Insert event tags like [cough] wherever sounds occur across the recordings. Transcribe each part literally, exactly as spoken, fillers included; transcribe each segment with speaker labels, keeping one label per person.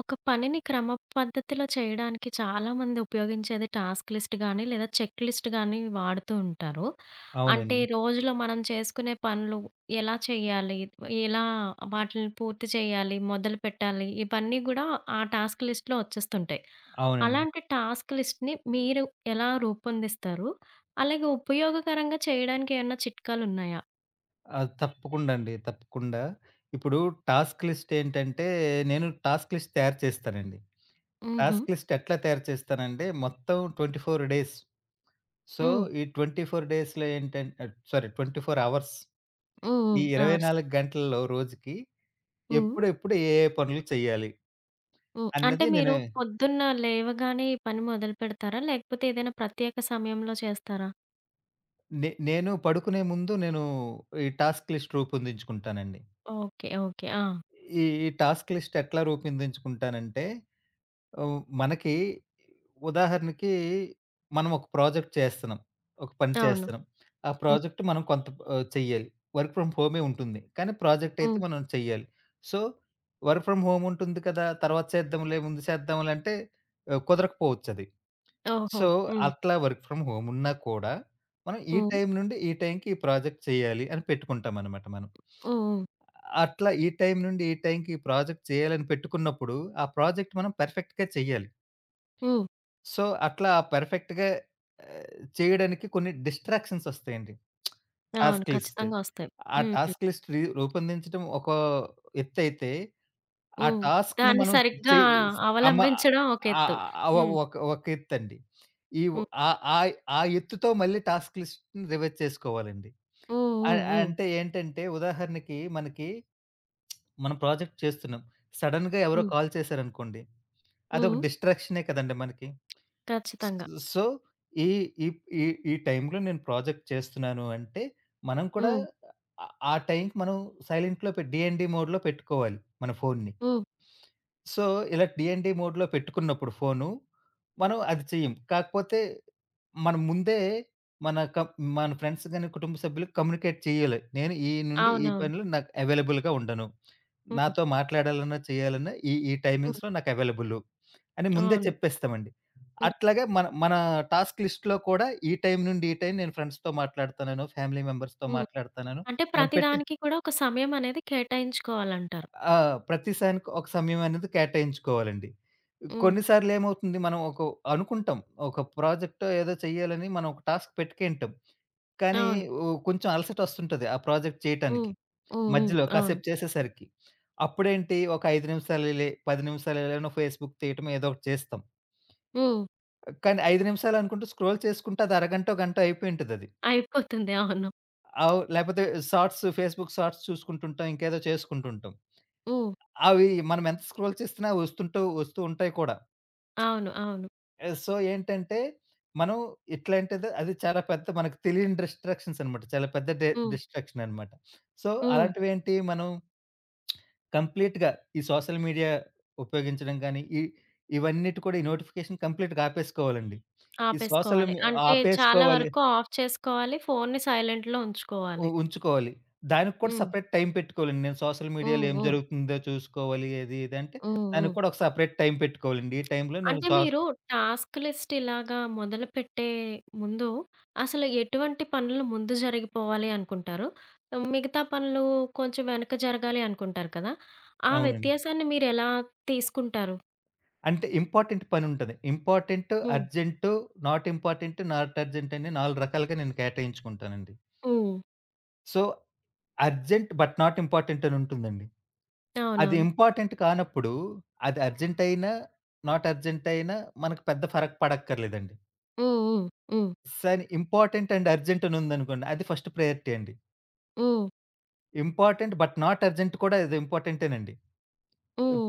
Speaker 1: ఒక పనిని క్రమ పద్ధతిలో చేయడానికి చాలామంది ఉపయోగించేది టాస్క్ లిస్ట్ గానీ, లేదా చెక్ లిస్ట్ గానీ వాడుతూ ఉంటారు. అంటే
Speaker 2: అవునండి.
Speaker 1: రోజులో మనం చేసుకునే పనులు ఎలా చేయాలి? ఎలా వాటిని పూర్తి చేయాలి? మొదలుపెట్టాలి? ఇవన్నీ గూడా ఆ టాస్క్ లిస్ట్‌లో వచ్చేస్తుంటాయి.
Speaker 2: అవునండి.
Speaker 1: అలాంటి టాస్క్ లిస్ట్‌ని మీరు ఎలా రూపొందిస్తారు? అలాగే ఉపయోగకరంగా చేయడానికి ఏమన్నా చిట్కాలున్నాయా?
Speaker 2: ఆ! తప్పకుండా అండి. తప్పకుండా. ఇప్పుడు టాస్క్ లిస్ట్ ఏంటంటే, నేను టాస్క్ లిస్ట్ తయారు చేస్తానండి.
Speaker 1: హుహు.
Speaker 2: టాస్క్ లిస్ట్ ఎట్లా తయారు చేస్తానంటే, మొత్తం ఇరవై నాలుగు డేస్. సో,
Speaker 1: హ్మ్.
Speaker 2: ఈ ఇరవై నాలుగు డేస్‌లో ఏంటం ఆహ్, సారీ ఇరవై నాలుగు అవర్స్.
Speaker 1: హ్మ్.
Speaker 2: ఈ
Speaker 1: హ్మ్. అవర్స్.
Speaker 2: ఇరవై నాలుగు గంటల్లో రోజుకి
Speaker 1: హ్మ్.
Speaker 2: ఎప్పుడెప్పుడు ఏ, ఏ పనులు చేయాలి
Speaker 1: హ్మ్. అంటే
Speaker 2: అన్నది
Speaker 1: మీరు
Speaker 2: నేను
Speaker 1: పొద్దున్న లేవగానే ఈ పని మొదలుపెడతారా? లేకపోతే ఏదైనా ప్రత్యేక సమయంలో చేస్తారా?
Speaker 2: నే నేను పడుకునే ముందు నేను ఈ టాస్క్ లిస్ట్ రూపొందించుకుంటానండి.
Speaker 1: ఓకే. ఓకే. ఆ!
Speaker 2: ఈ ఈ టాస్క్ లిస్ట్ ఎట్లా రూపొందించుకుంటానంటే, ఆహ్, మనకి ఉదాహరణకి మనం ఒక ప్రాజెక్ట్ చేస్తున్నాం. ఒక పని
Speaker 1: అవును.
Speaker 2: చేస్తున్నాం. ఆ
Speaker 1: హ్మ్.
Speaker 2: ప్రాజెక్ట్ మనం కొంత ఆహ్, చెయ్యాలి. వర్క్ ఫ్రమ్ హోమే ఉంటుంది. కానీ ప్రాజెక్ట్ అయితే
Speaker 1: హ్మ్.
Speaker 2: మనం చెయ్యాలి. సో, వర్క్ ఫ్రమ్ హోమ్ ఉంటుంది కదా! తర్వాత చేద్దాంలే, ముందు చేద్దాంలే అంటే ఆహ్, కుదరకపోవచ్చది.
Speaker 1: ఓహో!
Speaker 2: సో,
Speaker 1: హ్మ్.
Speaker 2: అట్లా వర్క్ ఫ్రమ్ హోమ్ ఉన్నా కూడా మనం ఈ
Speaker 1: హ్మ్.
Speaker 2: టైం నుండి ఈ టైంకి ఈ ప్రాజెక్ట్ చేయాలి అని పెట్టుకుంటామనమాట మనం.
Speaker 1: హ్మ్. హ్మ్.
Speaker 2: అట్లా ఈ టైం నుండి ఈ టైంకి ఈ ప్రాజెక్ట్ చేయాలని పెట్టుకున్నప్పుడు, ఆ ప్రాజెక్ట్ మనం పర్ఫెక్ట్‌గా చెయ్యాలి.
Speaker 1: హ్మ్.
Speaker 2: సో, అట్లా పర్ఫెక్ట్‌గా ఆహ్, చేయడానికి కొన్ని డిస్ట్రాక్షన్స్ ఒస్తాయండి.
Speaker 1: అవును.
Speaker 2: Task list.
Speaker 1: ఖచ్చితంగా ఒస్తాయి.
Speaker 2: ఆ
Speaker 1: హ్మ్. హ్మ్.
Speaker 2: టాస్క్ లిస్ట్ రి రూపొందించడం ఒక ఎత్తైతే, ఆ
Speaker 1: హ్మ్.
Speaker 2: టాస్క్‌ను
Speaker 1: దాన్ని
Speaker 2: మనం
Speaker 1: సరిగ్గా
Speaker 2: చెయ్ స్ అమ
Speaker 1: అవలంబించడం ఒక
Speaker 2: ఆహ్,
Speaker 1: ఎత్తు.
Speaker 2: ఆహ్, ఒ
Speaker 1: హ్మ్.
Speaker 2: ఒక ఒక ఎత్తండి. ఈ వ్
Speaker 1: హ్మ్.
Speaker 2: ఆహ్, ఆహ్, ఆ ఎత్తుతో మళ్ళీ టాస్క్ లిస్ట్‌ని రివైజ్ చేసుకోవాలండి.
Speaker 1: హ్మ్.
Speaker 2: అ
Speaker 1: హ్మ్. హ్మ్.
Speaker 2: అంటే ఏంటంటే, ఉదాహరణకి మనకి మనం ప్రాజెక్ట్ చేస్తున్నాం. సడెన్‌గా ఎవరో
Speaker 1: హ్మ్.
Speaker 2: కాల్ చేశారనుకోండి. అదొక
Speaker 1: హ్మ్.
Speaker 2: డిస్ట్రాక్షనే కదండీ మనకి. స్
Speaker 1: ఖచ్చితంగా.
Speaker 2: సో, ఈ ఈ ఈ ఈ టైంలో నేను ప్రాజెక్ట్ చేస్తున్నాను అంటే, మనం కూడా
Speaker 1: హ్మ్.
Speaker 2: ఆహ్, ఆ టైంకి మనం సైలెంట్‌లో పె డీఎన్‌డి మోడ్‌లో పెట్టుకోవాలి మన ఫోన్‌ని.
Speaker 1: హ్మ్.
Speaker 2: సో, ఇలా డీఎన్‌డి మోడ్‌లో పెట్టుకున్నప్పుడు ఫోను, మనం అది చెయ్యం. కాకపోతే మనం ముందే మన క మన ఫ్రెండ్స్ గాని, కుటుంబ సభ్యులకు కమ్యూనికేట్ చేయాలి. నేను ఈ నుండి ఈ
Speaker 1: అవునవును.
Speaker 2: పనిలో నాకు అవైలబుల్‌గా ఉండను.
Speaker 1: హ్మ్.
Speaker 2: నాతో మాట్లాడాలన్నా, చేయాలన్నా ఈ ఈ
Speaker 1: హ్మ్.
Speaker 2: టైమింగ్స్‌లో నాకు అవైలబులు అని ముందే
Speaker 1: అవును.
Speaker 2: చెప్పేస్తామండి.
Speaker 1: హ్మ్.
Speaker 2: అట్లాగే మన మన టాస్క్ లిస్ట్‌లో కూడా ఈ టైం నుండి ఈ టైం నేను ఫ్రెండ్స్‌తో మాట్లాడతాననో, ఫ్యామిలీ మెంబర్స్‌తో
Speaker 1: హ్మ్.
Speaker 2: మాట్లాడతాననో
Speaker 1: అంటే
Speaker 2: మనం
Speaker 1: ప్రతి
Speaker 2: పెట్టి,
Speaker 1: దానికి కూడా ఒక సమయం అనేది కేటాయించుకోవాలంటారు.
Speaker 2: ఆ! ప్రతి సానికి ఒక సమయం అనేది కేటాయించుకోవాలండి.
Speaker 1: హ్మ్.
Speaker 2: కొన్నిసార్లు ఏమవుతుంది మనం ఒక అనుకుంటాం. ఒక ప్రాజెక్టో ఏదో చెయ్యాలని మనం ఒక టాస్క్ పెట్టుకుంటాం. కానీ
Speaker 1: అవును.
Speaker 2: ఓ కొంచెం అలసటొస్తుంటది ఆ ప్రాజెక్ట్
Speaker 1: హ్మ్.
Speaker 2: చేయటానికి.
Speaker 1: హ్మ్. హ్మ్.
Speaker 2: మధ్యలో
Speaker 1: అవును.
Speaker 2: కాసేపు చేసేసరికి. అప్పుడేంటి ఒక ఐదు నిమిషాలు లే పది నిమిషాలు ఎలానో ఫేస్‌బుక్ తీయటం ఏదో ఒకటి చేస్తాం.
Speaker 1: హ్మ్.
Speaker 2: కానీ ఐదు నిమిషాలు అనుకుంటూ స్క్రోల్ చేసుకుంటే అది అరగంటో, గంటో అయిపోయుంటదది.
Speaker 1: అయిపోతుంది. అవును.
Speaker 2: ఆవ్ లేపోతే షార్ట్స్ ఫేస్‌బుక్ షార్ట్స్ చూసుకుంటుంటాం. ఇంకేదో చేసుకుంటుంటాం.
Speaker 1: హ్మ్.
Speaker 2: అవి మనం ఎంత స్క్రోల్ చేస్తున్నా వస్తుంటూ వస్తూ ఉంటాయి కూడా.
Speaker 1: అవును. అవును.
Speaker 2: ఆహ్, సో, ఏంటంటే, మనం ఇట్లాంటిది అది చాలా పెద్ద మనకు తెలియని డిస్ట్రాక్షన్స్ అనమాట. చాలా పెద్ద డి
Speaker 1: హ్మ్.
Speaker 2: డిస్ట్రాక్షన్ అనమాట. సో,
Speaker 1: హ్మ్.
Speaker 2: అలాంటివేంటి మనం కంప్లీట్‌గా ఈ సోషల్ మీడియా ఉపయోగించడం గానీ, ఈ ఇవన్నిటి కూడా ఈ నోటిఫికేషన్ కంప్లీట్‌గా ఆపేసుకోవాలండి. ఈ సోషల్
Speaker 1: ఆపేసుకోవాలి.
Speaker 2: మి
Speaker 1: అంటే చాలా
Speaker 2: ఆపేసుకోవాలి.
Speaker 1: వరకు ఆఫ్ చేసుకోవాలి. ఫోన్‌ని సైలెంట్‌లో
Speaker 2: ఉ
Speaker 1: ఉంచుకోవాలి.
Speaker 2: ఉంచుకోవాలి. దానికి కూడా
Speaker 1: హ్మ్.
Speaker 2: సెపరేట్ టైం పెట్టుకోవాలండి. నేను సోషల్ మీడియాలో
Speaker 1: హ్మ్.
Speaker 2: ఏం
Speaker 1: హ్మ్.
Speaker 2: జరుగుతుందో చూసుకోవాలి. అది ఇది అంటే,
Speaker 1: హ్మ్. హ్మ్.
Speaker 2: దానికి కూడా ఒక సెపరేట్ టైం పెట్టుకోవాలండి. ఈ టైంలో నేను
Speaker 1: అంటే
Speaker 2: సోష్
Speaker 1: మీరు టాస్క్ లిస్ట్ ఇలాగా మొదలుపెట్టే ముందు అసలు ఎటువంటి పనులు ముందు జరిగిపోవాలి అనుకుంటారు? మిగతా పనులు కొంచెం వెనక జరగాలి అనుకుంటారు కదా! ఆ
Speaker 2: అవునండి.
Speaker 1: వ్యత్యాసాన్ని మీరెలా తీసుకుంటారు?
Speaker 2: అంటే ఇంపార్టెంట్ పనుంటది. ఇంపార్టెంట్,
Speaker 1: హ్మ్.
Speaker 2: Urgent, not important, not urgent అని నాలుగు రకాలుగా నేను కేటాయించుకుంటానండి.
Speaker 1: హ్మ్.
Speaker 2: So, urgent but not important అని ఉంటుందండి. అది
Speaker 1: అవునవును.
Speaker 2: ఇంపార్టెంట్ కానప్పుడు అది అర్జెంట్ అయినా, నాట్ అర్జెంట్ అయినా మనకు పెద్ద ఫరక్ పడక్కర్లేదండి.
Speaker 1: హ్మ్. హ్మ్. హ్మ్.
Speaker 2: సరే ఇంపార్టెంట్ అండ్ అర్జెంట్ అని ఉందనుకోండి, అది ఫస్ట్ ప్రయారిటీ అండి.
Speaker 1: హ్మ్.
Speaker 2: ఇంపార్టెంట్ బట్ నాట్ అర్జెంట్ కూడా ఇది ఇంపార్టెంటేనండి.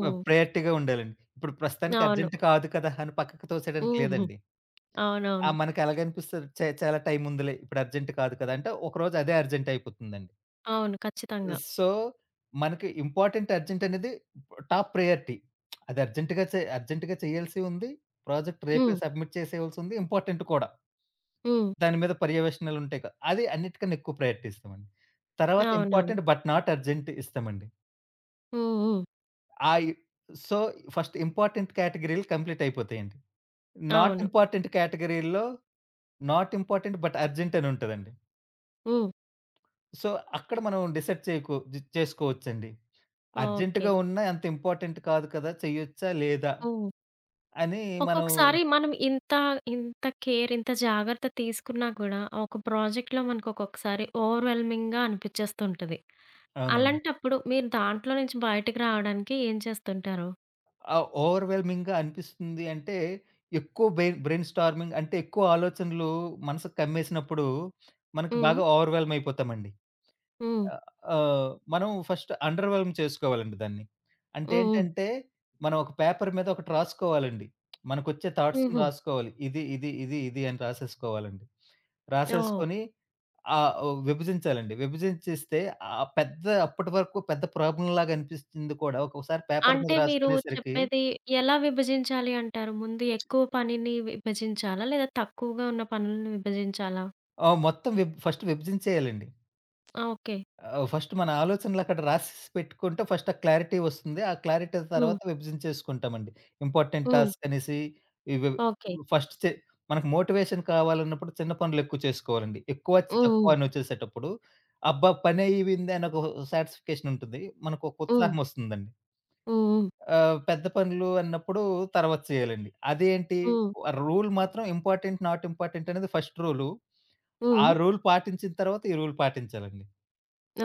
Speaker 2: ప ప్రయారిటీగా ఉండాలండి. ఇప్పుడు ప్రస్తుతానికి
Speaker 1: అవును.
Speaker 2: అర్జెంట్ కాదు కదా! అని పక్కకు తోసేయడానికి
Speaker 1: హుహు.
Speaker 2: లేదండి. ఆ!
Speaker 1: అవునవును.
Speaker 2: మనకెలాగనిపిస్తది చ చాలా టైముందిలే. ఇప్పుడు అర్జెంట్ కాదు కదా! అంటే ఒకరోజు అదే అర్జెంట్ అయిపోతుందండి.
Speaker 1: అవును. ఖచ్చితంగా.
Speaker 2: సో, మనకి ఇంపార్టెంట్ అర్జెంట్ అనేది టాప్ ప్రయారిటీ. అది అర్జెంట్‌గా చే అర్జెంట్‌గా చేయాల్సి ఉంది. ప్రాజెక్ట్ రేపే
Speaker 1: హ్మ్.
Speaker 2: సబ్మిట్ చేసేయాల్సుంది. ఇంపార్టెంట్ కూడా.
Speaker 1: హ్మ్.
Speaker 2: దాని మీద పర్యవేక్షణలుంటాయి కదా! అది అన్నిటికన్నా ఎక్కువ ప్రయారిటీ ఇస్తామండి. తర్వాత
Speaker 1: అవునవును.
Speaker 2: ఇంపార్టెంట్ బట్ నాట్ అర్జెంట్ ఇస్తామండి.
Speaker 1: హ్మ్. హ్మ్.
Speaker 2: ఆయి సో, ఫస్ట్ ఇంపార్టెంట్ కేటగిరీలు కంప్లీట్ అయిపోతాయండి. నాట్
Speaker 1: అవును.
Speaker 2: ఇంపార్టెంట్ కేటగిరీల్లో నాట్ ఇంపార్టెంట్ బట్ అర్జెంట్ అని ఉంటదండి.
Speaker 1: హ్మ్.
Speaker 2: సో, అక్కడ మనం డిసైడ్ చేయకు జి చేసుకోవచ్చండి.
Speaker 1: ఓకే.
Speaker 2: అర్జెంట్‌గా ఉన్నా అంత ఇంపార్టెంట్ కాదు కదా! చెయ్యొచ్చా? లేదా?
Speaker 1: హ్మ్.
Speaker 2: అని మనం
Speaker 1: ఒక్కొక్కసారి మనం ఇంత, ఇంత కేర్, ఇంత జాగ్రత్త తీసుకున్నా గూడా ఒక ప్రాజెక్ట్‌లో మనకు ఒక్కొక్కసారి ఓవర్‌వెల్మింగ్‌గా అనిపిచ్చేస్తుంటది.
Speaker 2: అవునండి.
Speaker 1: అలాంటప్పుడు మీరు దాంట్లో నుంచి బయటకి రావడానికి ఏం చేస్తుంటారు?
Speaker 2: ఆహ్, ఓవర్‌వెల్మింగ్‌గా అనిపిస్తుంది అంటే, ఎక్కువ బెయిన్ బ్రెయిన్ స్టార్మింగ్ అంటే, ఎక్కువ ఆలోచనలు మనసుకు కమ్మేసినప్పుడు, మనకు
Speaker 1: హ్మ్.
Speaker 2: బాగా ఓవర్‌వెల్మ్ అయిపోతామండి.
Speaker 1: హ్మ్.
Speaker 2: ఆహ్, ఆహ్, మనం ఫస్ట్ అండర్‌వెల్మ్ చేసుకోవాలండి దాన్ని. అంటే
Speaker 1: హ్మ్. హ్మ్.
Speaker 2: ఏంటంటే, మనం ఒక పేపర్ మీద ఒకటి రాసుకోవాలండి. మనకొచ్చే థాట్స్‌ని
Speaker 1: హుహు.
Speaker 2: రాసుకోవాలి. ఇది, ఇది, ఇది, ఇది అని రాసేసుకోవాలండి.
Speaker 1: ఓహ్!
Speaker 2: రాసేసుకొని ఆహ్, ఓహ్, విభజించాలండి. విభజించేస్తే ఆ పెద్ద అప్పటి వరకు పెద్ద ప్రాబ్లమ్‌లాగా అనిపించింది కూడా ఒక్కోసారి పేపర్ మీద
Speaker 1: అంటే మీరు
Speaker 2: రాసుకునేసరికి
Speaker 1: చెప్పేది ఎలా విభజించాలి అంటారు? ముందు ఎక్కువ పనిని విభజించాలా? లేదా తక్కువగా ఉన్న పనులను విభజించాలా?
Speaker 2: ఆహ్, మొత్తం విబ్ ఫస్ట్ విభజించేయాలండి.
Speaker 1: ఆ! ఓకే.
Speaker 2: ఆహ్, ఫస్ట్ మన ఆలోచనలక్కడ రాసేసి పెట్టుకుంటే ఫస్ట్ ఆ క్లారిటీ వస్తుంది. ఆ క్లారిటీ
Speaker 1: హ్మ్.
Speaker 2: తర్వాత విభజన చేసుకుంటామండి. ఇంపార్టెంట్
Speaker 1: హ్మ్.
Speaker 2: టాస్క్ అనేసి ఇవి
Speaker 1: ఓకే.
Speaker 2: ఫస్ట్ చే మనకు మోటివేషన్ కావాలన్నప్పుడు చిన్న పనులు ఎక్కువ చేసుకోవాలండి. ఎక్కువ
Speaker 1: హ్మ్.
Speaker 2: తక్కువ అని వచ్చేసేటప్పుడు అబ్బా! పనయింది అని ఒక సాటిస్ఫికేషన్ ఉంటుంది. మనకు ఒక
Speaker 1: హ్మ్.
Speaker 2: ఉత్సాహం వస్తుందండి.
Speaker 1: హ్మ్. హ్మ్.
Speaker 2: ఆహ్, పెద్ద పనులు అన్నప్పుడు తర్వాత చేయాలండి. అదేంటి
Speaker 1: హ్మ్.
Speaker 2: రూల్ మాత్రం ఇంపార్టెంట్, నాట్ ఇంపార్టెంట్ అనేది ఫస్ట్ రూలు. ఆ
Speaker 1: హ్మ్.
Speaker 2: రూల్ పాటించిన తర్వాత ఈ రూల్ పాటించాలండి.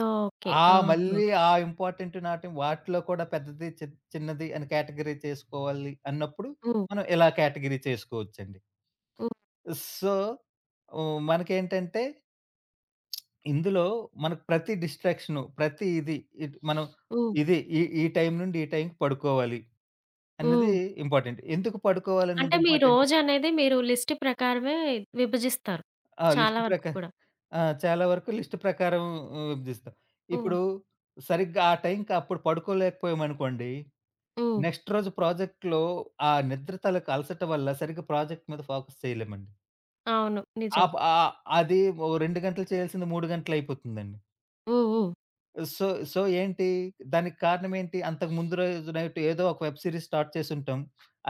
Speaker 1: ఓకే.
Speaker 2: ఆ!
Speaker 1: ఆహా!
Speaker 2: మళ్ళీ ఆ ఇంపార్టెంట్ నాటి వాటిలో కూడా పెద్దది, చి చిన్నది అని కేటగరీ చేసుకోవాలి అన్నప్పుడు,
Speaker 1: హ్మ్.
Speaker 2: మనం ఇలా కేటగరీ చేసుకోవచ్చండి.
Speaker 1: హ్మ్.
Speaker 2: సో, హ్మ్, మనకేంటంటే ఇందులో మనకు ప్రతి డిస్ట్రాక్షను, ప్రతి ఇది ఇట్ మనం
Speaker 1: హ్మ్.
Speaker 2: ఇది ఈ ఈ టైం నుండి ఈ టైంకి పడుకోవాలి అన్నది
Speaker 1: హ్మ్.
Speaker 2: ఇంపార్టెంట్. ఎందుకు పడుకోవాలన్నది
Speaker 1: అంటే మీ
Speaker 2: ఇంపార్టెంట్?
Speaker 1: రోజనేది మీరు లిస్ట్ ప్రకారమే విభజిస్తారు.
Speaker 2: ఆ!
Speaker 1: చాలా
Speaker 2: లిస్ట్
Speaker 1: వరకు
Speaker 2: ప్రకా
Speaker 1: కూడా.
Speaker 2: ఆ! చాలా వరకు లిస్ట్ ప్రకారం ఆ, విభజిస్తాం.
Speaker 1: హ్మ్.
Speaker 2: ఇప్పుడు సరిగ్గా ఆ టైంకి అప్పుడు పడుకోలేకపోయామనుకోండి,
Speaker 1: హ్మ్.
Speaker 2: నెక్స్ట్ రోజు ప్రాజెక్ట్‌లో ఆ నిద్ర తాలూకు అలసట వల్ల సరిగ్గా ప్రాజెక్ట్ మీద ఫోకస్ చేయలేమండి.
Speaker 1: అవును. నిజం.
Speaker 2: ఆప్ ఆహ్, అది ఓ రెండు గంటలు చేయాల్సింది మూడు గంటలయిపోతుందండి.
Speaker 1: హ్మ్. హ్మ్.
Speaker 2: సో, సో ఏంటి దానికి కారణం ఏంటి? అంతకు ముందు రోజు నైట్ ఏదో ఒక వెబ్ సిరీస్ స్టార్ట్ చేసుంటాం.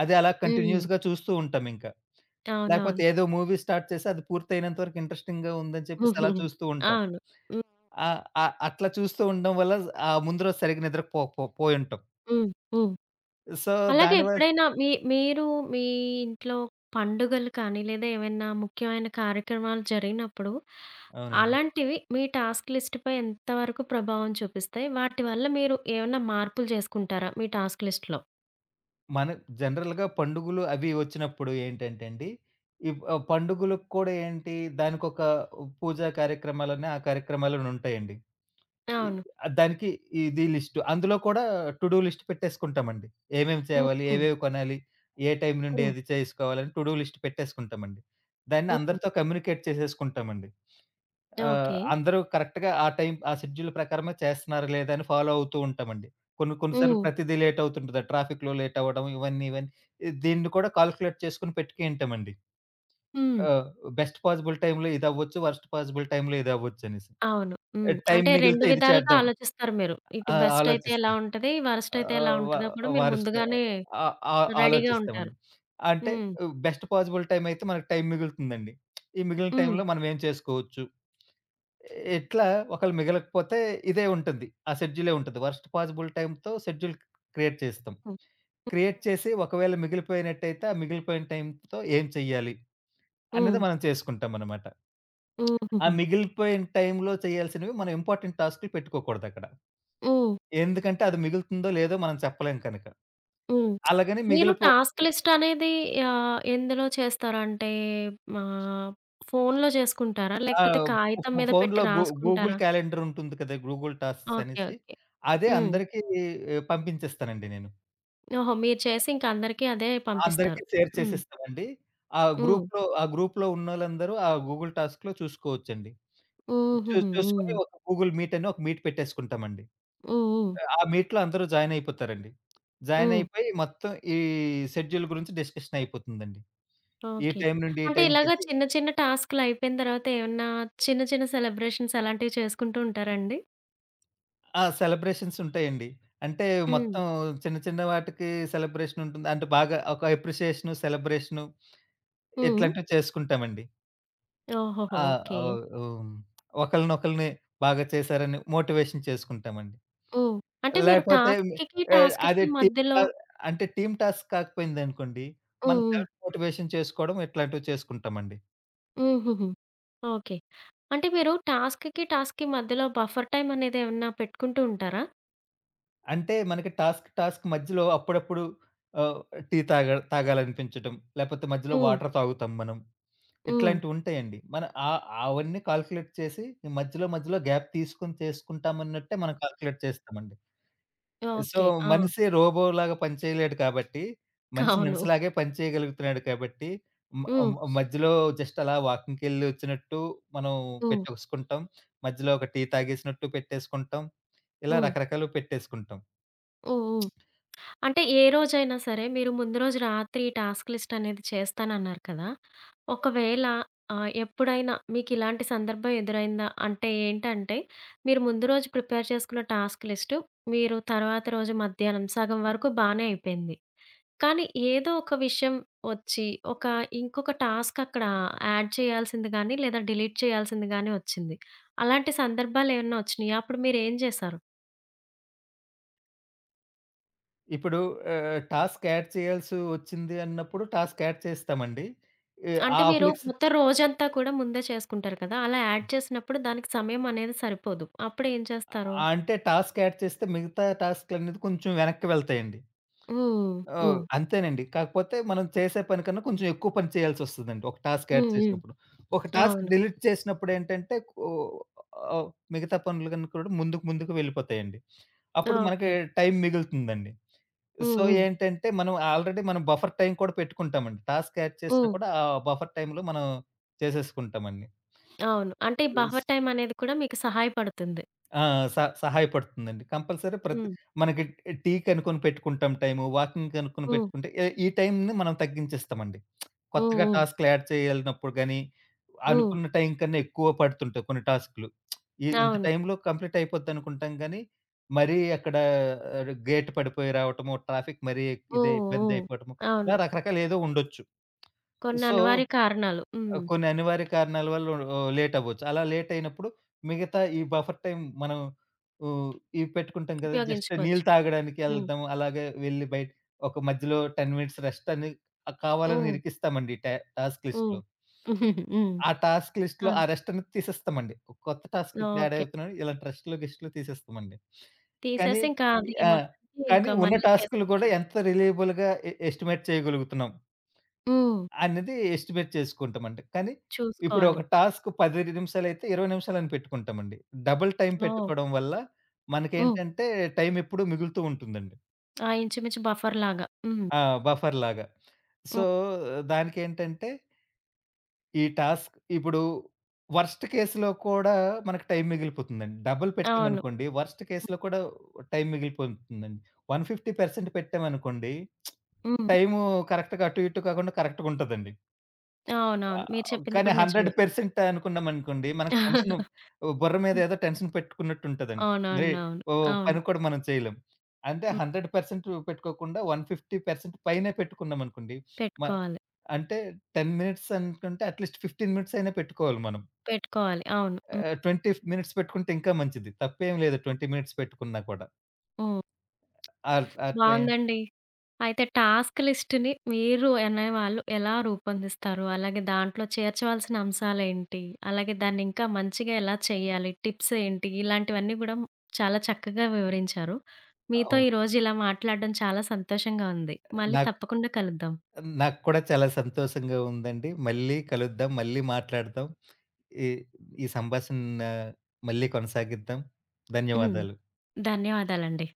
Speaker 2: అది అలా
Speaker 1: హ్మ్.
Speaker 2: కంటిన్యూయస్‌గా చూస్తూ ఉంటాం ఇంకా. లేకపోతే
Speaker 1: అవునవును.
Speaker 2: ఏదో మూవీ స్టార్ట్ చేసి అది పూర్తయినంత వరకు ఇంట్రెస్టింగ్‌గా ఉందని చెప్పేసి అలా
Speaker 1: [laughs]
Speaker 2: చూస్తూ ఉంటాం.
Speaker 1: అవును. హ్మ్.
Speaker 2: ఆహ్, ఆహ్, అట్లా చూస్తూ ఉండడం వల్ల ఆ ముందు రోజు సరిగ్గా నిద్రకు పో పో పోయుంటాం.
Speaker 1: హ్మ్. హ్మ్.
Speaker 2: సో
Speaker 1: అలాగే
Speaker 2: దానివల్ల
Speaker 1: ఎప్పుడైనా మీ మీరు మీ ఇంట్లో పండుగలు కానీ, లేదా ఏవైనా ముఖ్యమైన కార్యక్రమాలు జరిగినప్పుడు,
Speaker 2: అవునండి.
Speaker 1: అలాంటివి మీ టాస్క్ లిస్ట్‌పై ఎంతవరకు ప్రభావం చూపిస్తాయి? వాటి వల్ల మీరు ఏమన్నా మార్పులు చేసుకుంటారా మీ టాస్క్ లిస్ట్‌లో?
Speaker 2: మన జనరల్‌గా పండుగలు అవి వచ్చినప్పుడు ఏంటంటే అండి, ఈ ఆహ్, పండుగలకు కూడా ఏంటి దానికొక పూజా కార్యక్రమాలని, ఆ కార్యక్రమాలని ఉంటాయండి. ఇ
Speaker 1: అవును.
Speaker 2: ఆహ్, దానికి ఇది లిస్టు. అందులో కూడా టు డూ లిస్ట్ పెట్టేసుకుంటామండి. ఏమేమి
Speaker 1: హ్మ్.
Speaker 2: చేయాలి?
Speaker 1: హ్మ్.
Speaker 2: ఏవేవి కొనాలి? ఏ టైం నుండి
Speaker 1: హ్మ్.
Speaker 2: ఏది చేసుకోవాలని టు డూ లిస్ట్ పెట్టేసుకుంటామండి. దాన్ని
Speaker 1: హ్మ్.
Speaker 2: అందరితో కమ్యూనికేట్ చేసేసుకుంటామండి. ఆహ్,
Speaker 1: ఓకే.
Speaker 2: అందరూ కరెక్ట్‌గా ఆ టైం ఆ షెడ్యూల్ ప్రకారమే చేస్తున్నారా? లేదా? అని ఫాలో అవుతూ ఉంటామండి. కొన్ని కొన్ని సార్లు
Speaker 1: హ్మ్.
Speaker 2: ప్రతిదీ లేట్ అవుతుంటది. ట్రాఫిక్‌లో లేట్ అవ్వడం ఇవన్నీ ఇవన్నీ ఇ- దీన్ని కూడా కాలిక్యులేట్ చేసుకొని పెట్టుకుంటామండి.
Speaker 1: హ్మ్.
Speaker 2: ఆ! బెస్ట్ పాజిబుల్ టైమ్‌లో ఇదవ్వచ్చు. వరస్ట్ పాజిబుల్ టైమ్‌లో ఇదవ్వొచ్చనేసి.
Speaker 1: అవును. హ్మ్.
Speaker 2: టైం
Speaker 1: అంటే రెండు
Speaker 2: మిగిలితే ఇది
Speaker 1: విధాలుగా
Speaker 2: చేద్దాం.
Speaker 1: ఆలోచిస్తారు మీరు. ఇటు
Speaker 2: ఆ!
Speaker 1: బెస్ట్ అయితే ఎలా
Speaker 2: ఆలోచిస్తాం.
Speaker 1: ఉంటది? వరస్ట్ అయితే ఎలా
Speaker 2: ఆహ్, వ
Speaker 1: ఉంటదో కూడా మీరు
Speaker 2: వారి స్ట
Speaker 1: ముందుగానే
Speaker 2: ఆ! ఆ!
Speaker 1: రెడీగా ఉంటారు.
Speaker 2: ఆలోచిస్తామండి. అంటే
Speaker 1: హ్మ్.
Speaker 2: బెస్ట్ పాజిబుల్ టైమ్ అయితే మనకు టైం మిగులుతుందండి. ఈ మిగిలిన
Speaker 1: హ్మ్.
Speaker 2: టైంలో మనం ఏం చేసుకోవచ్చు. ఇట్లా ఒకవేళ మిగలకపోతే ఇదే ఉంటుంది. ఆ షెడ్యూలే ఉంటది. వర్స్ట్ పాజిబుల్ టైమ్‌తో షెడ్యూల్ క్రియేట్ చేస్తాం.
Speaker 1: హ్మ్.
Speaker 2: క్రియేట్
Speaker 1: హ్మ్.
Speaker 2: చేసి ఒకవేళ మిగిలిపోయినట్టయితే ఆ మిగిలిపోయిన టైంతో ఏం చేయాలి
Speaker 1: హ్మ్.
Speaker 2: అనేది మనం చేసుకుంటామనమాట. ఆ
Speaker 1: హుహుహు.
Speaker 2: మిగిలిపోయిన టైంలో చేయాల్సినవి మనం ఇంపార్టెంట్ టాస్క్‌లు పెట్టుకోకూడదక్కడ.
Speaker 1: హ్మ్.
Speaker 2: ఎందుకంటే అది మిగులుతుందో లేదో మనం చెప్పలేం కనుక.
Speaker 1: హ్మ్.
Speaker 2: అలాగని
Speaker 1: మీరు
Speaker 2: మిగిలిపో
Speaker 1: టాస్క్ లిస్ట్ అనేది ఆహ్, ఎందులో చేస్తారు? అంటే ఆహ్, ఫోన్‌లో చేసుకుంటారా?
Speaker 2: ఆ!
Speaker 1: లేకపోతే కాగితం
Speaker 2: ఫో
Speaker 1: మీద పెట్టి
Speaker 2: ఫోన్‌లో గూ గూగుల్
Speaker 1: రాసుకుంటారా?
Speaker 2: క్యాలెండర్ ఉంటుంది కదా! Google tasks
Speaker 1: okay.
Speaker 2: అనేసి.
Speaker 1: ఓకే.
Speaker 2: అదే
Speaker 1: హ్మ్.
Speaker 2: అందరికీ పంపించేస్తానండి నేను.
Speaker 1: ఓహో! మీరు చేసి ఇంక అందరికీ అదే పంపిస్తారు.
Speaker 2: అందరికీ షేర్
Speaker 1: హ్మ్.
Speaker 2: చేసేస్తానండి. ఆ
Speaker 1: హ్మ్.
Speaker 2: గ్రూప్‌లో ఆ గ్రూప్‌లో ఉన్నోళ్ళందరూ ఆ గూగుల్ టాస్క్‌లో చూసుకోవచ్చండి.
Speaker 1: హుహుహు.
Speaker 2: చూ చూసుకొని
Speaker 1: హ్మ్.
Speaker 2: ఒక గూగుల్ మీట్ అని ఒక మీట్ పెట్టేసుకుంటామండి.
Speaker 1: హ్మ్. హ్మ్.
Speaker 2: ఆ మీట్‌లో అందరూ జాయిన్ అయిపోతారండి. జాయిన్
Speaker 1: హ్మ్.
Speaker 2: అయిపోయి మొత్తం ఈ షెడ్యూల్ గురించి డిస్కషన్ అయిపోతుందండి. ఈ
Speaker 1: ఓకే.
Speaker 2: టైం నుండి ఈ
Speaker 1: అంటే ఇలాగ
Speaker 2: టైంకిది
Speaker 1: చిన్న చిన్న టాస్క్‌లు అయిపోయిన తర్వాత ఏమన్నా చిన్న చిన్న సెలబ్రేషన్స్ అలాంటివి చేసుకుంటూ ఉంటారా అండి?
Speaker 2: ఆ! సెలబ్రేషన్స్ ఉంటాయండి. అంటే
Speaker 1: హ్మ్.
Speaker 2: మొత్తం చిన్న చిన్న వాటికి సెలబ్రేషన్ ఉంటుంది. అంటే బాగా ఒక అప్రిషియేషను, సెలబ్రేషను
Speaker 1: హ్మ్.
Speaker 2: ఇట్లాంటివి చేసుకుంటామండి.
Speaker 1: ఓహోహో!
Speaker 2: ఆ!
Speaker 1: ఓకే.
Speaker 2: ఆహ్, హ్మ్. ఒకళ్ళనొకళ్ళని బాగా చేశారని మోటివేషన్ చేసుకుంటామండి.
Speaker 1: హ్మ్. అంటే మీరు
Speaker 2: లేకపోతే
Speaker 1: టాస్క్‌కి,
Speaker 2: ఆహ్, అదే
Speaker 1: టాస్క్‌కి
Speaker 2: టీమ్
Speaker 1: మధ్యలో
Speaker 2: టా అంటే టీమ్ టాస్క్ కాకపోయిందనుకోండి, మనం
Speaker 1: హ్మ్.
Speaker 2: సెల్ఫ్ మోటివేషన్ చేసుకోవడం ఇట్లాంటివి చేసుకుంటామండి.
Speaker 1: హ్మ్. హుహుహు. ఓకే. అంటే మీరు టాస్క్‌కి, టాస్క్‌కి మధ్యలో బఫర్ టైమ్ అనేది ఏమన్నా పెట్టుకుంటూ ఉంటారా?
Speaker 2: అంటే మనకి టాస్క్, టాస్క్ మధ్యలో అప్పుడప్పుడు ఆహ్, టీ తాగ తాగాలనిపించటం, లేపోతే మధ్యలో
Speaker 1: హ్మ్.
Speaker 2: వాటర్ తాగుతాం మనం.
Speaker 1: హ్మ్.
Speaker 2: ఇట్లాంటివుంటాయండి. మన ఆహ్, అవన్నీ కాలిక్యులేట్ చేసి ఈ మధ్యలో, మధ్యలో గ్యాప్ తీసుకొని చేసుకుంటామన్నట్టే మనం కాలిక్యులేట్ చేస్తామండి. So,
Speaker 1: okay. ఆ!
Speaker 2: మనిషి రోబోలాగా పని చేయలేడు కాబట్టి, మనిషి
Speaker 1: అవును.
Speaker 2: మనిషిలాగే పని చేయగలుగుతున్నాడు కాబట్టి, మ
Speaker 1: హ్మ్.
Speaker 2: మ మధ్యలో జస్ట్ అలా వాకింగ్‌కెళ్ళి వచ్చినట్టు మనం
Speaker 1: హ్మ్.
Speaker 2: పెట్టేసుకుంటాం. మధ్యలో ఒక టీ తాగేసినట్టు పెట్టేసుకుంటాం. ఇలా
Speaker 1: హ్మ్.
Speaker 2: రకరకాలు పెట్టేసుకుంటాం.
Speaker 1: హ్మ్. హ్మ్. అంటే ఏ రోజైనా సరే మీరు ముందు రోజు రాత్రి ఈ టాస్క్ లిస్ట్ అనేది చేస్తానన్నారు కదా! ఒకవేళ ఆహ్, ఎప్పుడైనా మీకిలాంటి సందర్భం ఎదురైందా? అంటే ఏంటంటే, మీరు ముందు రోజు ప్రిపేర్ చేసుకున్న టాస్క్ లిస్ట్ మీరు తర్వాత రోజు మధ్యాహ్నం సగం వరకు బానే అయిపోయింది. కానీ ఏదో ఒక విషయం వచ్చి, ఒక ఇంకొక టాస్క్ అక్కడ యాడ్ చేయాల్సింది గానీ, లేదా డిలీట్ చేయాల్సింది గానీ వచ్చింది. అలాంటి సందర్భాలేమన్నా వచ్చినియా? అప్పుడు మీరేం చేశారు?
Speaker 2: ఇప్పుడు ఆహ్, టాస్క్ యాడ్ చేయాల్సి వచ్చింది అన్నప్పుడు టాస్క్ యాడ్ చేస్తామండి. ఈ ఆ
Speaker 1: అంటే మీరు
Speaker 2: ఫ్లెక్స్
Speaker 1: మొత్తం రోజంతా కూడా ముందే చేసుకుంటారు కదా! అలా యాడ్ చేసినప్పుడు దానికి సమయం అనేది సరిపోదు. అప్పుడేం
Speaker 2: ఆహ్,
Speaker 1: చేస్తారు?
Speaker 2: అంటే టాస్క్ యాడ్ చేస్తే మిగతా టాస్క్‌లనేది కొంచెం వెనక్కి వెళ్తాయండి.
Speaker 1: హ్మ్.
Speaker 2: ఓహ్!
Speaker 1: హ్మ్.
Speaker 2: అంతేనండి. కాకపోతే మనం చేసే పని కన్నా కొంచెం ఎక్కువ పని చేయాల్సొస్తదండి. ఒక టాస్క్ యాడ్
Speaker 1: హ్మ్. హ్మ్.
Speaker 2: చేసినప్పుడు. ఒక టాస్క్
Speaker 1: అవును.
Speaker 2: డిలీట్ చేసినప్పుడు ఏంటంటే ఓహ్! ఆహ్, మిగతా పనులు కన్నా కూడా ముందుకు ముందుకు వెళ్ళిపోతాయండి. అప్పుడు మనకి
Speaker 1: ఓకే.
Speaker 2: టైం మిగులుతుందండి.
Speaker 1: హ్మ్.
Speaker 2: సో,
Speaker 1: హ్మ్.
Speaker 2: ఏంటంటే మనం ఆల్రెడీ మనం బఫర్ టైమ్ కూడా పెట్టుకుంటామండి. టాస్క్ యాడ్ చేసినా
Speaker 1: హ్మ్.
Speaker 2: కూడా ఆ బఫర్ టైమ్‌లో మనం చేసేసుకుంటామండి.
Speaker 1: అవును. అంటే ఈ బఫర్ టైమ్ అనేది కూడా మీకు సహాయపడుతుంది.
Speaker 2: ఆ! స సహాయపడుతుందండి. కంపల్సరీ ప్రతి
Speaker 1: హ్మ్.
Speaker 2: మనకి టీ కనుక్కొని పెట్టుకుంటాం టైము, వాకింగ్ కనుక్కొని
Speaker 1: హ్మ్.
Speaker 2: పెట్టుకుంటే ఎ ఈ టైంని మనం తగ్గించేస్తామండి.
Speaker 1: హ్మ్.
Speaker 2: కొత్తగా
Speaker 1: హ్మ్.
Speaker 2: టాస్క్‌లు యాడ్ చేయాలన్నప్పుడు గాని,
Speaker 1: హ్మ్.
Speaker 2: అనుకున్న టైం కన్నా ఎక్కువ పడుతుంటాయి కొన్ని టాస్క్‌లు. ఇ ఇంత
Speaker 1: అవును.
Speaker 2: టైంలో కంప్లీట్ అయిపోద్దనుకుంటాం గానీ, మరీ అక్కడ ఆహ్, గేట్ పడిపోయి రావటము, ట్రాఫిక్ మరీ ఇదే
Speaker 1: హ్మ్.
Speaker 2: ఇబ్బంది
Speaker 1: హ్మ్.
Speaker 2: అయిపోవటము,
Speaker 1: అవును.
Speaker 2: ఇలా రకరకాలు ఏదో ఉండొచ్చు.
Speaker 1: కొన్ని
Speaker 2: సో
Speaker 1: అనివార్య కారణాలు. హ్మ్.
Speaker 2: ఆహ్, కొన్ని అనివార్య కారణాల వల్ల ఓహ్, లేట్ అవ్వచ్చు. అలా లేట్ అయినప్పుడు మిగతా ఈ బఫర్ టైమ్ మనం ఆహ్, ఇవి పెట్టుకుంటాం కదా! జస్ట్
Speaker 1: ఉపయోగించుకోవచ్చు.
Speaker 2: నీళ్ళు తాగడానికి
Speaker 1: హ్మ్.
Speaker 2: ఎళ్ళటం, అలాగే వెళ్లి బయట ఒక మధ్యలో పది మినిట్స్ రెస్ట్ అని ఆహ్, కావాలని
Speaker 1: హ్మ్.
Speaker 2: ఇరికిస్తామండి టా టాస్క్
Speaker 1: హ్మ్.
Speaker 2: లిస్ట్‌లో.
Speaker 1: హ్మ్.
Speaker 2: ఆ టాస్క్ లిస్ట్‌లో
Speaker 1: అవును.
Speaker 2: ఆ రెస్ట్ అనేది తీసేస్తామండి. కొత్త టాస్క్ ఇప్పుడు యాడ్
Speaker 1: ఓకే.
Speaker 2: అవుతున్నాయి. ఇలాంటి రెస్ట్‌లు, గిస్ట్‌లు తీసేస్తామండి. కానీ
Speaker 1: తీసేసి ఇంకా అది
Speaker 2: ఆ!
Speaker 1: మొత్తానికి
Speaker 2: కానీ
Speaker 1: ఇంకా
Speaker 2: ఉన్న
Speaker 1: మళ్ళీ
Speaker 2: టాస్క్‌లు కూడా
Speaker 1: చేసుకుంటారు.
Speaker 2: ఎంత రిలయబుల్‌గా ఎ ఎస్టిమేట్ చేయగలుగుతున్నాం
Speaker 1: హ్మ్.
Speaker 2: అనేది ఎస్టిమేట్ చేసుకుంటామండి. కానీ ఇప్పుడు
Speaker 1: చూసుకోవాలి.
Speaker 2: ఒక టాస్క్ పది నిమిషాలైతే ఇరవై నిమిషాలని పెట్టుకుంటామండి. డబుల్ టైమ్
Speaker 1: ఓహ్!
Speaker 2: పెట్టుకోవడం వల్ల
Speaker 1: హ్మ్.
Speaker 2: మనకేంటంటే టైమ్ ఎప్పుడూ మిగులుతూ ఉంటుందండి.
Speaker 1: ఆ! ఇంచుమించు బఫర్‌లాగా. హ్మ్.
Speaker 2: ఆ! బఫర్‌లాగా. సో,
Speaker 1: హ్మ్.
Speaker 2: దానికేంటంటే ఈ టాస్క్ ఇప్పుడు వర్స్ట్ కేస్‌లో కూడా మనకు టైమ్ మిగిలిపోతుందండి. డబుల్
Speaker 1: అవును.
Speaker 2: పెట్టామనుకోండి వర్స్ట్ కేస్‌లో కూడా టైమ్ మిగిలిపోతుందండి. నూట యాభై శాతం పెట్టామనుకోండి
Speaker 1: హ్మ్.
Speaker 2: టైము కరెక్ట్‌గా అటు ఇటు కాకుండా కరెక్ట్‌గా ఉంటదండి.
Speaker 1: అవునవును. మీరు
Speaker 2: ఆహ్,
Speaker 1: చెప్పింది
Speaker 2: కానీ
Speaker 1: కూడా నిజమే.
Speaker 2: వంద శాతం అనుకున్నామనుకోండి, మనకు టెన్షను బుర్ర మీద
Speaker 1: హ్మ్.
Speaker 2: ఏదో టెన్షన్ పెట్టుకున్నట్టుంటదండి. మరి
Speaker 1: అవునవునవును.
Speaker 2: ఓహ్!
Speaker 1: అవును.
Speaker 2: పని కూడా మనం చేయలేం. అంటే
Speaker 1: హ్మ్.
Speaker 2: వంద శాతం పెట్టుకోకుండా నూట యాభై శాతం పైనే పెట్టుకున్నామనుకోండి, మ
Speaker 1: పెట్టుకోవాలి.
Speaker 2: అంటే పది మినిట్స్ అనుకుంటే అట్‌లీస్ట్ పదిహేను మినిట్స్ అయినా పెట్టుకోవాలి మనం.
Speaker 1: పెట్టుకోవాలి. అవును.
Speaker 2: ఆహ్,
Speaker 1: హ్మ్.
Speaker 2: ఇరవై మినిట్స్ పెట్టుకుంటే ఇంకా మంచిది. తప్పేం లేదు ఇరవై మినిట్స్ పెట్టుకున్నా కూడా.
Speaker 1: హ్మ్.
Speaker 2: అట్లా అట్లా
Speaker 1: బావుందండి. అయితే టాస్క్ లిస్ట్‌ని మీరు అనేవాళ్ళు ఎలా రూపొందిస్తారు? అలాగే దాంట్లో చేర్చవలసిన అంశాలేంటి? అలాగే దాన్ని ఇంకా మంచిగా ఎలా చేయాలి? టిప్స్ ఏంటి? ఇలాంటివన్నీ గూడా చాలా చక్కగా వివరించారు. మీతో
Speaker 2: అవును.
Speaker 1: ఈరోజు ఇలా మాట్లాడడం చాలా సంతోషంగా ఉంది. మళ్ళీ
Speaker 2: నాకు
Speaker 1: తప్పకుండా కలుద్దాం.
Speaker 2: నాకు కూడా చాలా సంతోషంగా ఉందండి. మళ్ళీ కలుద్దాం. మళ్ళీ మాట్లాడదాం. ఈ ఈ సంభాషణ మళ్ళీ కొనసాగిద్దాం.
Speaker 1: హ్మ్.
Speaker 2: ధన్యవాదాలు.
Speaker 1: ధన్యవాదాలండి.